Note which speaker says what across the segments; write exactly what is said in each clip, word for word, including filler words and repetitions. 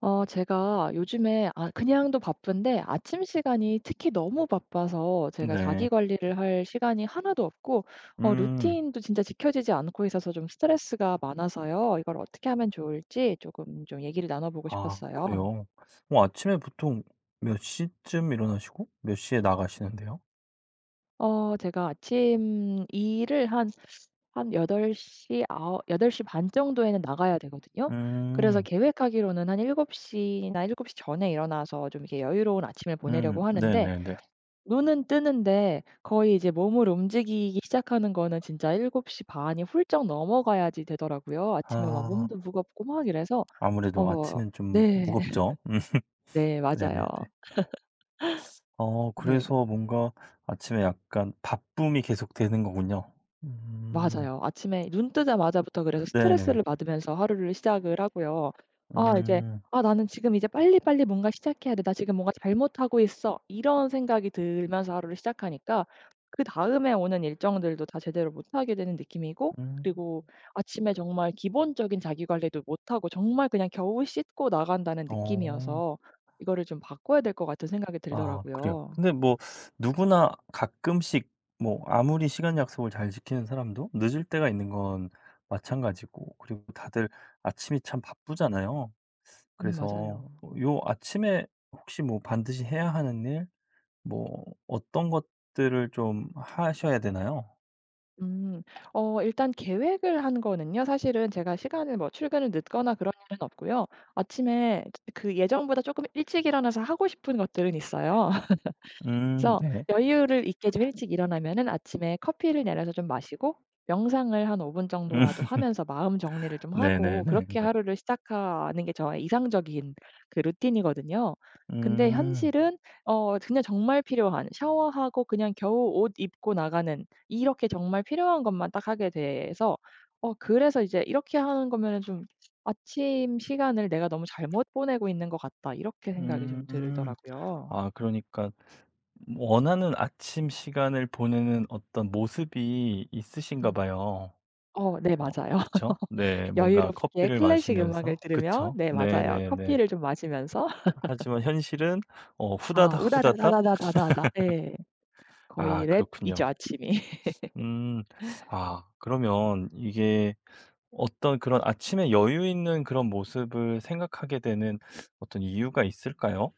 Speaker 1: 어 제가 요즘에 아 그냥도 바쁜데 아침 시간이 특히 너무 바빠서 제가 자기
Speaker 2: 네.
Speaker 1: 관리를 할 시간이 하나도 없고 어
Speaker 2: 음.
Speaker 1: 루틴도 진짜 지켜지지 않고 있어서 좀 스트레스가 많아서요. 이걸 어떻게 하면 좋을지 조금 좀 얘기를 나눠 보고
Speaker 2: 아
Speaker 1: 싶었어요.
Speaker 2: 그래요? 어 아침에 보통 몇 시쯤 일어나시고 몇 시에 나가시는데요?
Speaker 1: 어 제가 아침 일을 한 한여덟 시 아홉 덟시 반 정도에는 나가야 되거든요. 그래서
Speaker 2: 음.
Speaker 1: 계획하기로는 한일곱 시나일곱 시 전에 일어나서 좀 이렇게 여유로운 아침을
Speaker 2: 음.
Speaker 1: 보내려고 하는데
Speaker 2: 네네네.
Speaker 1: 눈은 뜨는데 거의 이제 몸을 움직이기 시작하는 거는 진짜 일곱 시 반이 훌쩍 넘어가야지 되더라고요. 아침에 막
Speaker 2: 아
Speaker 1: 몸도 무겁고 막 이래서
Speaker 2: 아무래도
Speaker 1: 어.
Speaker 2: 아침엔 좀
Speaker 1: 네.
Speaker 2: 무겁죠. 음.
Speaker 1: 네, 맞아요.
Speaker 2: 네네네. 어
Speaker 1: 네,
Speaker 2: 그래서 뭔가 아침에 약간 바쁨이 계속되는 거군요. 음.
Speaker 1: 맞아요. 아침에 눈 뜨자마자부터 그래서
Speaker 2: 네네.
Speaker 1: 스트레스를 받으면서 하루를 시작을 하고요. 아 이제
Speaker 2: 음.
Speaker 1: '아 나는 지금 이제 빨리빨리 뭔가 시작해야 돼. 나 지금 뭔가 잘못하고 있어.' 이런 생각이 들면서 하루를 시작하니까 그다음에 오는 일정들도 다 제대로 못하게 되는 느낌이고
Speaker 2: 음.
Speaker 1: 그리고 아침에 정말 기본적인 자기 관리도 못하고 정말 그냥 겨우 씻고 나간다는
Speaker 2: 어.
Speaker 1: 느낌이어서 이거를 좀 바꿔야 될 것 같은 생각이
Speaker 2: 아 그래요.
Speaker 1: 들더라고요.
Speaker 2: 근데 뭐 누구나 가끔씩 뭐 아무리 시간 약속을 잘 지키는 사람도 늦을 때가 있는 건 마찬가지고, 그리고 다들 아침이 참 바쁘잖아요.
Speaker 1: 음,
Speaker 2: 그래서
Speaker 1: 맞아요.
Speaker 2: 요 아침에 혹시 뭐 반드시 해야 하는 일, 뭐 어떤 것들을 좀 하셔야 되나요?
Speaker 1: 음. 어 일단 계획을 한 거는요, 사실은 제가 시간을 뭐 출근을 늦거나 그런 일은 없고요. 아침에 그 예정보다 조금 일찍 일어나서 하고 싶은 것들은 있어요.
Speaker 2: 음
Speaker 1: 그래서
Speaker 2: 네.
Speaker 1: 여유를 있게 좀 일찍 일어나면은 아침에 커피를 내려서 좀 마시고 명상을 한 오 분 정도라도
Speaker 2: 음
Speaker 1: 하면서 마음 정리를 좀 하고
Speaker 2: 네네네네.
Speaker 1: 그렇게 하루를 시작하는 게 저의 이상적인 그 루틴이거든요. 근데
Speaker 2: 음.
Speaker 1: 현실은 어 그냥 정말 필요한 샤워하고 그냥 겨우 옷 입고 나가는, 이렇게 정말 필요한 것만 딱 하게 돼서 어 그래서 이제 '이렇게 하는 거면은 좀 아침 시간을 내가 너무 잘못 보내고 있는 것 같다.' 이렇게 생각이 좀
Speaker 2: 음.
Speaker 1: 들더라고요.
Speaker 2: 아 그러니까 원하는 아침 시간을 보내는 어떤 모습이 있으신가
Speaker 1: 음.
Speaker 2: 봐요.
Speaker 1: 어, 네,
Speaker 2: 어
Speaker 1: 맞아요.
Speaker 2: 그쵸? 네. 뭔가
Speaker 1: 여유롭게
Speaker 2: 커피를
Speaker 1: 클래식 음악을
Speaker 2: 마시면서
Speaker 1: 들으며,
Speaker 2: 그쵸?
Speaker 1: 네, 맞아요,
Speaker 2: 네네네.
Speaker 1: 커피를 좀 마시면서.
Speaker 2: 하지만 현실은 어
Speaker 1: 아
Speaker 2: 후다닥 후다닥.
Speaker 1: 우다다다다다다다다, 예. 거의
Speaker 2: 아
Speaker 1: 랩이죠
Speaker 2: 그렇군요.
Speaker 1: 아침이.
Speaker 2: 음. 아 그러면 이게 어떤 그런 아침에 여유 있는 그런 모습을 생각하게 되는 어떤 이유가 있을까요?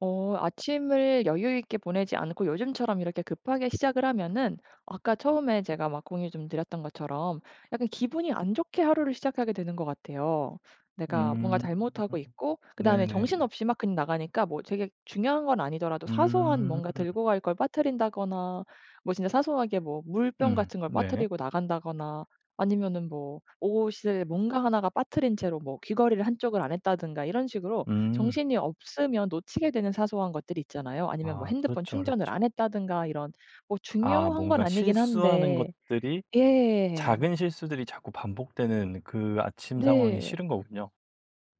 Speaker 1: 어 아침을 여유 있게 보내지 않고 요즘처럼 이렇게 급하게 시작을 하면은 아까 처음에 제가 막 공유 좀 드렸던 것처럼 약간 기분이 안 좋게 하루를 시작하게 되는 것 같아요. 내가 뭔가
Speaker 2: 음.
Speaker 1: 잘못하고 있고 그다음에
Speaker 2: 네네네.
Speaker 1: 정신없이 막 그냥 나가니까 뭐 되게 중요한 건 아니더라도 사소한
Speaker 2: 음.
Speaker 1: 뭔가 들고 갈 걸 빠뜨린다거나, 뭐 진짜 사소하게 뭐 물병
Speaker 2: 음.
Speaker 1: 같은 걸
Speaker 2: 네.
Speaker 1: 빠뜨리고 나간다거나, 아니면은 뭐 옷을 뭔가 하나가 빠뜨린 채로 뭐 귀걸이를 한쪽을 안 했다든가 이런 식으로
Speaker 2: 음.
Speaker 1: 정신이 없으면 놓치게 되는 사소한 것들이 있잖아요. 아니면 뭐
Speaker 2: 아
Speaker 1: 핸드폰
Speaker 2: 그렇죠,
Speaker 1: 충전을 안
Speaker 2: 그렇죠.
Speaker 1: 했다든가 이런, 뭐
Speaker 2: 아
Speaker 1: 중요한 건
Speaker 2: 뭔가
Speaker 1: 아니긴
Speaker 2: 실수하는
Speaker 1: 한데.
Speaker 2: 것들이,
Speaker 1: 예.
Speaker 2: 작은 실수들이 자꾸 반복되는 그 아침 상황이
Speaker 1: 네,
Speaker 2: 싫은 거군요.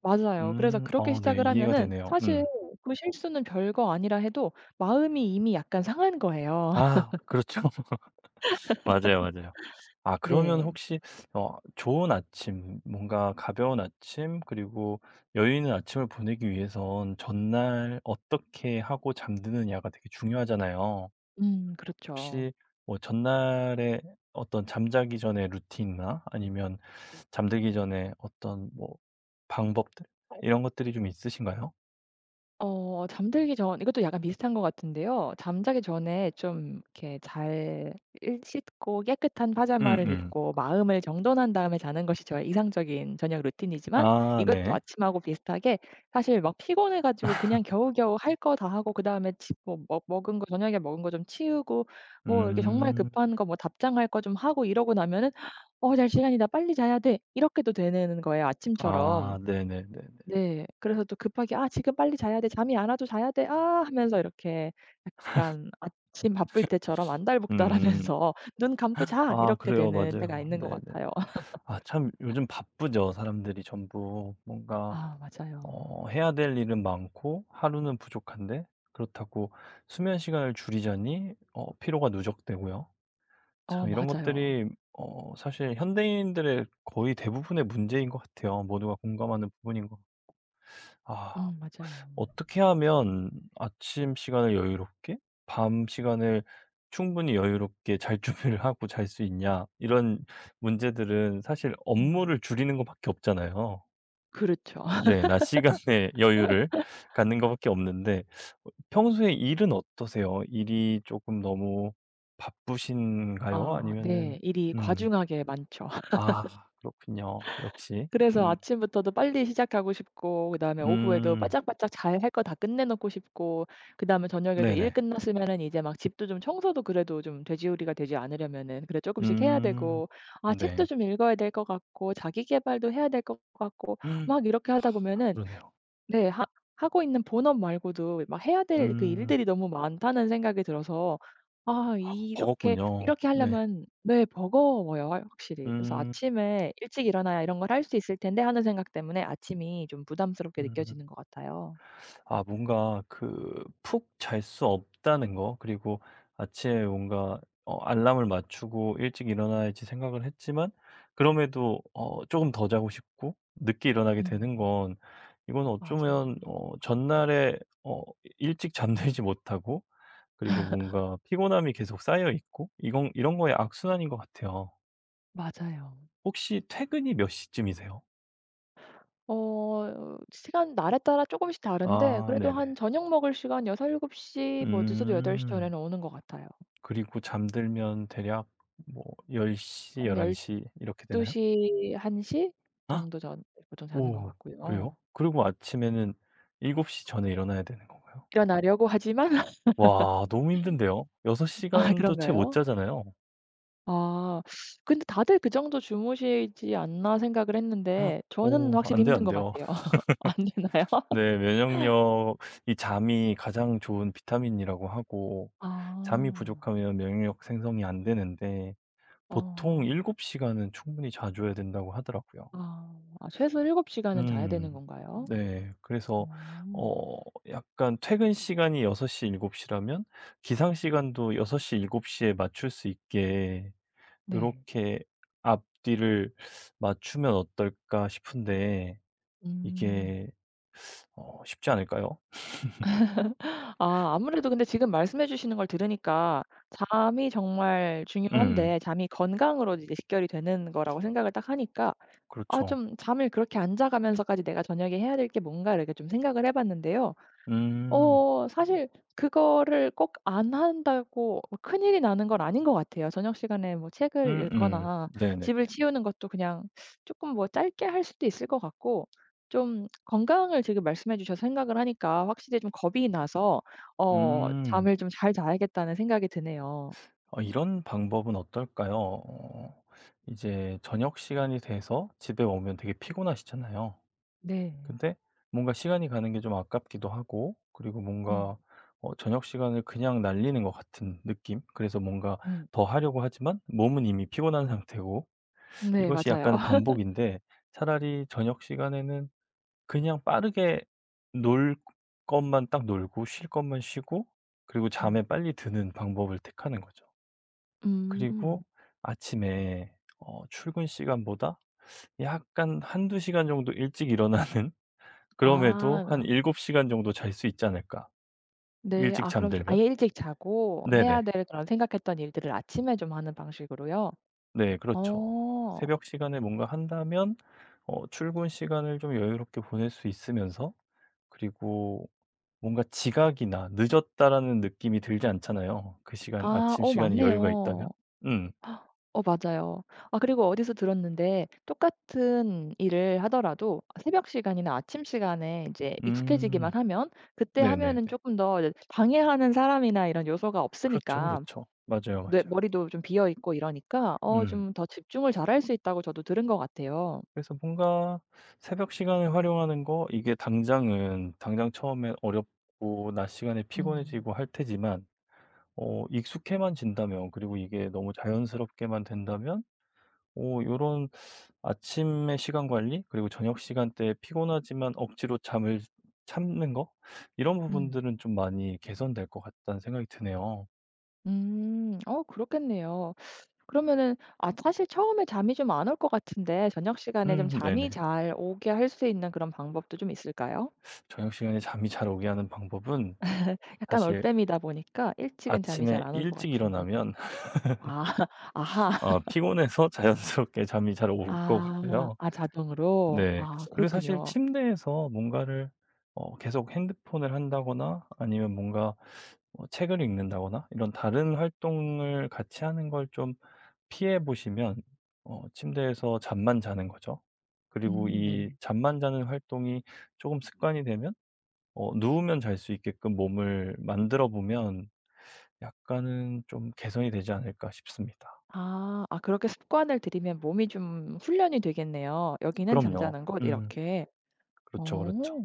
Speaker 1: 맞아요. 그래서
Speaker 2: 음.
Speaker 1: 그렇게
Speaker 2: 어 네.
Speaker 1: 시작을
Speaker 2: 이해가
Speaker 1: 하면은
Speaker 2: 되네요.
Speaker 1: 사실
Speaker 2: 음.
Speaker 1: 그 실수는 별거 아니라 해도 마음이 이미 약간 상한 거예요.
Speaker 2: 아 그렇죠. 맞아요, 맞아요. 아 그러면
Speaker 1: 네.
Speaker 2: 혹시 어 좋은 아침, 뭔가 가벼운 아침, 그리고 여유 있는 아침을 보내기 위해선 전날 어떻게 하고 잠드느냐가 되게 중요하잖아요.
Speaker 1: 음, 그렇죠.
Speaker 2: 혹시 뭐 전날에 어떤 잠자기 전에 루틴이나, 아니면 잠들기 전에 어떤 뭐 방법들, 이런 것들이 좀 있으신가요?
Speaker 1: 어 잠들기 전, 이것도 약간 비슷한 것 같은데요. 잠자기 전에 좀 이렇게 잘 일 씻고 깨끗한 파자마를
Speaker 2: 음음.
Speaker 1: 입고 마음을 정돈한 다음에 자는 것이 저의 이상적인 저녁 루틴이지만
Speaker 2: 아
Speaker 1: 이것도
Speaker 2: 네.
Speaker 1: 아침하고 비슷하게 사실 막 피곤해 가지고 그냥 겨우겨우 할 거 다 하고 그다음에 치 뭐 먹 먹은 거, 저녁에 먹은 거 좀 치우고 뭐 이렇게 정말
Speaker 2: 음.
Speaker 1: 급한 거, 뭐 답장할 거 좀 하고 이러고 나면은 '어 잘 시간이다. 빨리 자야 돼.' 이렇게 도 되는 거예요 아침처럼.
Speaker 2: 아 네네네네.
Speaker 1: 네. 그래서 또 급하게 '아 지금 빨리 자야 돼. 잠이 안 와도 자야 돼. 아.' 하면서 이렇게 약간 아침 바쁠 때처럼
Speaker 2: 음.
Speaker 1: 안달복달하면서 '눈 감고 자.'
Speaker 2: 아
Speaker 1: 이렇게
Speaker 2: 그래요.
Speaker 1: 되는 때가
Speaker 2: 맞아요.
Speaker 1: 있는 것
Speaker 2: 네네.
Speaker 1: 같아요.
Speaker 2: 아 참 요즘 바쁘죠. 사람들이 전부 뭔가
Speaker 1: 아, 맞아요.
Speaker 2: 어 해야 될 일은 많고 하루는 부족한데, 그렇다고 수면 시간을 줄이자니 어 피로가 누적되고요.
Speaker 1: 어,
Speaker 2: 참 이런
Speaker 1: 맞아요.
Speaker 2: 것들이 어 사실 현대인들의 거의 대부분의 문제인 것 같아요. 모두가 공감하는 부분인 것. 아
Speaker 1: 음, 맞아요.
Speaker 2: 어떻게 하면 아침 시간을 여유롭게, 밤 시간을 충분히 여유롭게 잘 준비를 하고 잘 수 있냐, 이런 문제들은 사실
Speaker 1: 음.
Speaker 2: 업무를 줄이는 것밖에 없잖아요.
Speaker 1: 그렇죠.
Speaker 2: 네. 낮 시간에 여유를 갖는 것밖에 없는데. 어 평소에 일은 어떠세요? 일이 조금 너무 바쁘신가요?
Speaker 1: 아, 네.
Speaker 2: 아니면은
Speaker 1: 일이
Speaker 2: 음.
Speaker 1: 과중하게 많죠.
Speaker 2: 아 그렇군요. 역시.
Speaker 1: 그래서
Speaker 2: 음.
Speaker 1: 아침부터도 빨리 시작하고 싶고 그다음에 오후에도
Speaker 2: 음.
Speaker 1: 바짝바짝 잘 할 거 다 끝내 놓고 싶고 그다음에 저녁에도 일
Speaker 2: 네네.
Speaker 1: 끝났으면은 이제 막 집도 좀 청소도, 그래도 좀 돼지우리가 되지 않으려면은 그래 조금씩 해야
Speaker 2: 음.
Speaker 1: 되고 아 책도
Speaker 2: 네.
Speaker 1: 좀 읽어야 될 것 같고 자기 개발도 해야 될 것 같고
Speaker 2: 음.
Speaker 1: 막 이렇게 하다
Speaker 2: 아
Speaker 1: 보면은,
Speaker 2: 그러네요.
Speaker 1: 네. 하 하고 있는 본업 말고도 막 해야 될 그
Speaker 2: 음.
Speaker 1: 일들이 너무 많다는 생각이 들어서, 아
Speaker 2: 아
Speaker 1: 이렇게
Speaker 2: 버겁군요.
Speaker 1: 이렇게
Speaker 2: 네.
Speaker 1: 하려면 네, 버거워요 확 확실히. 그래서
Speaker 2: 음.
Speaker 1: '아침에 일찍 일어나야 이런 걸 할 수 있을 텐데.' 하는 생각 때문에 아침이 좀 부담스럽게
Speaker 2: 음.
Speaker 1: 느껴지는 것 같아요.
Speaker 2: 아 뭔가 그 푹 잘 수 없다는 거, 그리고 아침에 뭔가 어 알람을 맞추고 '일찍 일어나야지.' 생각을 했지만 그럼에도 어 쪼금 더 자고 싶고 늦게 일어나게 되는
Speaker 1: 음,
Speaker 2: 건, 이건 어쩌면
Speaker 1: 맞아요.
Speaker 2: 어 전날에 어 일찍 잠들지 못하고, 그리고 뭔가 피곤함이 계속 쌓여 있고, 이건 이런 거의 악순환인 것 같아요.
Speaker 1: 맞아요.
Speaker 2: 혹시 퇴근이 몇 시쯤이세요?
Speaker 1: 어 시간 날에 따라 조금씩 다른데
Speaker 2: 아
Speaker 1: 그래도 한
Speaker 2: 네네.
Speaker 1: 저녁 먹을 시간 여섯에서 일곱 시, 뭐 늦어도 여덟 시
Speaker 2: 음.
Speaker 1: 전에는 오는 것 같아요.
Speaker 2: 그리고 잠들면 대략 뭐 열 공,
Speaker 1: 한
Speaker 2: 열한, 열한
Speaker 1: 열
Speaker 2: 열한 이렇게
Speaker 1: 열두
Speaker 2: 되나요?
Speaker 1: 시, 한 시
Speaker 2: 아,
Speaker 1: 정도 전 보통 자는 것
Speaker 2: 오 그래요?
Speaker 1: 같고요.
Speaker 2: 그리고 아침에는 일곱 시 전에 일어나야 되는 건가요?
Speaker 1: 일어나려고 하지만.
Speaker 2: 와 너무 힘든데요. 여섯
Speaker 1: 아,
Speaker 2: 시간도 채 못
Speaker 1: 그런가요?
Speaker 2: 자잖아요.
Speaker 1: 아 근데 다들 그 정도 주무시지 않나 생각을 했는데 저는
Speaker 2: 어
Speaker 1: 확실히
Speaker 2: 안 돼요,
Speaker 1: 힘든
Speaker 2: 안
Speaker 1: 것
Speaker 2: 돼요.
Speaker 1: 같아요. 안 되나요?
Speaker 2: 네, 면역력, 이 잠이 가장 좋은 비타민이라고 하고, 잠이
Speaker 1: 아.
Speaker 2: 부족하면 면역력 생성이 안 되는데 보통
Speaker 1: 어.
Speaker 2: 일곱 시간은 충분히 자줘야 된다고 하더라고요.
Speaker 1: 아. 아, 최소 일곱 시간은 자야
Speaker 2: 음.
Speaker 1: 되는 건가요?
Speaker 2: 네. 그래서
Speaker 1: 음.
Speaker 2: 어 약간 퇴근 시간이 여섯 시, 일곱 시라면 기상 시간도 여섯 시, 일곱 시에 맞출 수 있게
Speaker 1: 네.
Speaker 2: 요렇게 앞뒤를 맞추면 어떨까 싶은데,
Speaker 1: 음.
Speaker 2: 이게 어 쉽지 않을까요?
Speaker 1: 아 아무래도 근데 지금 말씀해 주시는 걸 들으니까 잠이 정말
Speaker 2: 음.
Speaker 1: 중요한데, 잠이 건강으로 이제 직결이 되는 거라고 생각을 딱 하니까 아
Speaker 2: 그렇죠.
Speaker 1: 좀 잠을 그렇게 안 자 가면서까지 '내가 저녁에 해야 될 게 뭔가.' 이렇게 좀 생각을 해 봤는데요.
Speaker 2: 음.
Speaker 1: 어 사실 그거를 꼭 안 한다고 뭐 큰일이 나는 건 아닌 것 같아요. 저녁 시간에 뭐 책을
Speaker 2: 음음.
Speaker 1: 읽거나
Speaker 2: 네네네.
Speaker 1: 집을 치우는 것도 그냥 조금 뭐 짧게 할 수도 있을 것 같고, 좀 건강을 지금 말씀해 주셔서 생각을 하니까 확실히 좀 겁이 나서 어
Speaker 2: 음.
Speaker 1: '잠을 좀 잘 자야겠다.'는 생각이 드네요.
Speaker 2: 어 이런 방법은 어떨까요? 어 이제 저녁 시간이 돼서 집에 오면 되게 피곤하시잖아요.
Speaker 1: 네.
Speaker 2: 근데 뭔가 시간이 가는 게 좀 아깝기도 하고, 그리고 뭔가
Speaker 1: 음.
Speaker 2: 어 저녁 시간을 그냥 날리는 것 같은 느낌? 그래서 뭔가
Speaker 1: 음.
Speaker 2: 더 하려고 하지만 몸은 이미 피곤한 상태고.
Speaker 1: 네,
Speaker 2: 이것이
Speaker 1: 맞아요.
Speaker 2: 약간 반복인데, 차라리 저녁 시간에는 그냥 빠르게 놀 것만 딱 놀고 쉴 것만 쉬고, 그리고 잠에
Speaker 1: 음.
Speaker 2: 빨리 드는 방법을 택하는 거죠.
Speaker 1: 음.
Speaker 2: 그리고 아침에 어 출근 시간보다 약간 한두 시간 정도 일찍 일어나는 그럼에도 한
Speaker 1: 아.
Speaker 2: 일곱 시간 정도 잘 수 있지 않을까.
Speaker 1: 네.
Speaker 2: 일찍
Speaker 1: 아 그럼 좀
Speaker 2: 잠들면?
Speaker 1: 아예 일찍 자고 해야
Speaker 2: 네네.
Speaker 1: 될 그런 생각했던 일들을 아침에 좀 하는 방식으로요?
Speaker 2: 네 그렇죠.
Speaker 1: 어.
Speaker 2: 새벽 시간에 뭔가 한다면 어 출근 시간을 좀 여유롭게 보낼 수 있으면서, 그리고 뭔가 지각이나 '늦었다.'라는 느낌이 들지 않잖아요. 그 시간,
Speaker 1: 아
Speaker 2: 아침
Speaker 1: 어
Speaker 2: 시간에 여유가
Speaker 1: 맞네요.
Speaker 2: 있다면? 음.
Speaker 1: 어 맞아요. 아 그리고 어디서 들었는데 똑같은 일을 하더라도 새벽 시간이나 아침 시간에 인제 익숙해지기만
Speaker 2: 음.
Speaker 1: 하면 그때
Speaker 2: 네네네.
Speaker 1: 하면은 쪼끔 더 이제 방해하는 사람이나 이런 요소가
Speaker 2: 그렇죠,
Speaker 1: 없으니까
Speaker 2: 그렇죠. 맞아요,
Speaker 1: 뇌
Speaker 2: 맞아요.
Speaker 1: 머리도 좀 비어 있고 이러니까 어
Speaker 2: 음.
Speaker 1: 좀 더 집중을 잘할 수 있다고 저도 들은 것 같아요.
Speaker 2: 그래서 뭔가 새벽 시간을 활용하는 거, 이게 당장은 당장 처음엔 어렵고 낮 시간에
Speaker 1: 음.
Speaker 2: 피곤해지고 할 테지만 어 익숙해만 진다면, 그리고 이게 너무 자연스럽게만 된다면 이 요런 아침의 시간 관리, 그리고 저녁 시간대에 피곤하지만 억지로 잠을 참는 거, 이런
Speaker 1: 음.
Speaker 2: 부분들은 좀 많이 개선될 것 같다는 생각이 드네요.
Speaker 1: 음. 어 그렇겠네요. 그러면은 아 사실 처음에 잠이 좀 안 올 것 같은데 저녁 시간에 좀
Speaker 2: 음
Speaker 1: 잠이
Speaker 2: 네네.
Speaker 1: 잘 오게 할 수 있는 그런 방법도 좀 있을까요?
Speaker 2: 저녁 시간에 잠이 잘 오게 하는 방법은
Speaker 1: 약간
Speaker 2: 사실
Speaker 1: 올빼미다 보니까 일찍은 잠이 잘
Speaker 2: 아침에
Speaker 1: 안 올 것
Speaker 2: 일찍
Speaker 1: 같은데.
Speaker 2: 일어나면
Speaker 1: 아. 아하.
Speaker 2: 아 피곤해서 자연스럽게 잠이 잘 올 것
Speaker 1: 아.
Speaker 2: 같고요.
Speaker 1: 아, 자동으로.
Speaker 2: 네.
Speaker 1: 아,
Speaker 2: 그리고 사실
Speaker 1: 그렇군요.
Speaker 2: 침대에서 뭔가를 어 계속 핸드폰을 한다거나, 아니면 뭔가 어, 책을 읽는다거나 이런 다른 활동을 같이 하는 걸 좀 피해 보시면, 어 침대에서 잠만 자는 거죠. 그리고
Speaker 1: 음,
Speaker 2: 이
Speaker 1: 네.
Speaker 2: 잠만 자는 활동이 조금 습관이 되면 어 누우면 잘 수 있게끔 몸을 만들어 보면 약간은 좀 개선이 되지 않을까 싶습니다.
Speaker 1: 아. 아 그렇게 습관을 들이면 몸이 좀 훈련이 되겠네요. '여기는
Speaker 2: 그럼요.
Speaker 1: 잠자는 곳.'
Speaker 2: 음.
Speaker 1: 이렇게.
Speaker 2: 그렇죠,
Speaker 1: 어.
Speaker 2: 그렇죠.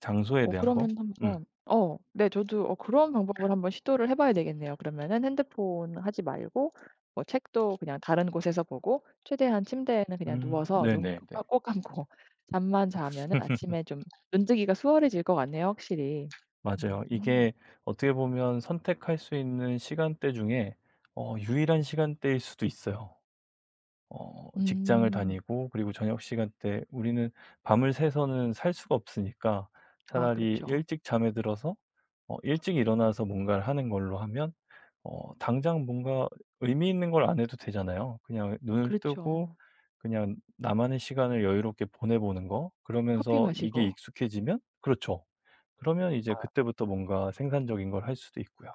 Speaker 2: 장소에
Speaker 1: 어
Speaker 2: 대한 거?
Speaker 1: 그러면
Speaker 2: 음.
Speaker 1: 한번, 어 네, 저도 어 그런 방법을 한번 시도를 해 봐야 되겠네요. 그러면은 핸드폰 하지 말고 뭐 책도 그냥 다른 곳에서 보고 최대한 침대에는 그냥
Speaker 2: 음
Speaker 1: 누워서 눈
Speaker 2: 네네네.
Speaker 1: 꼭 꼭 감고 잠만 자면은 아침에 좀 눈뜨기가 수월해질 것 같네요, 확실히.
Speaker 2: 맞아요.
Speaker 1: 음.
Speaker 2: 이게 어떻게 보면 선택할 수 있는 시간대 중에 어 유일한 시간대일 수도 있어요. 어 직장을
Speaker 1: 음.
Speaker 2: 다니고 그리고 저녁 시간대 우리는 밤을 새서는 살 수가 없으니까
Speaker 1: 아,
Speaker 2: 차라리
Speaker 1: 그렇죠,
Speaker 2: 일찍 잠에 들어서 어 일찍 일어나서 뭔가를 하는 걸로 하면 어 당장 뭔가 의미 있는 걸 안 해도 되잖아요. 그냥 눈을 뜨고,
Speaker 1: 그렇죠.
Speaker 2: 그냥 나만의 시간을 여유롭게 보내 보는 거.
Speaker 1: 커피
Speaker 2: 그러면서 이게
Speaker 1: 마시고.
Speaker 2: 익숙해지면 그렇죠. 그러면 이제 그때부터 뭔가 생산적인 걸 할 수도 있고요.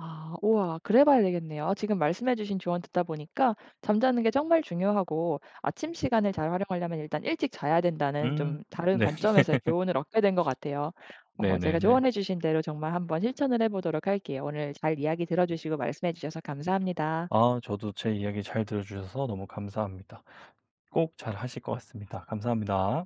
Speaker 1: 아, 우와. 그래 봐야 되겠네요. 아 지금 말씀해 주신 조언 듣다 보니까 잠자는 게 정말 중요하고, 아침 시간을 잘 활용하려면 일단 일찍 자야 된다는
Speaker 2: 음
Speaker 1: 좀 다른
Speaker 2: 네.
Speaker 1: 관점에서의 교훈을 얻게 된 것 같아요. 어 제가
Speaker 2: 네네네.
Speaker 1: 조언해 주신 대로 정말 한번 실천을 해 보도록 할게요. 오늘 잘 이야기 들어 주시고 말씀해 주셔서 감사합니다.
Speaker 2: 아 저도 제 이야기 잘 들어 주셔서 너무 감사합니다. 꼭 잘하실 것 같습니다. 감사합니다.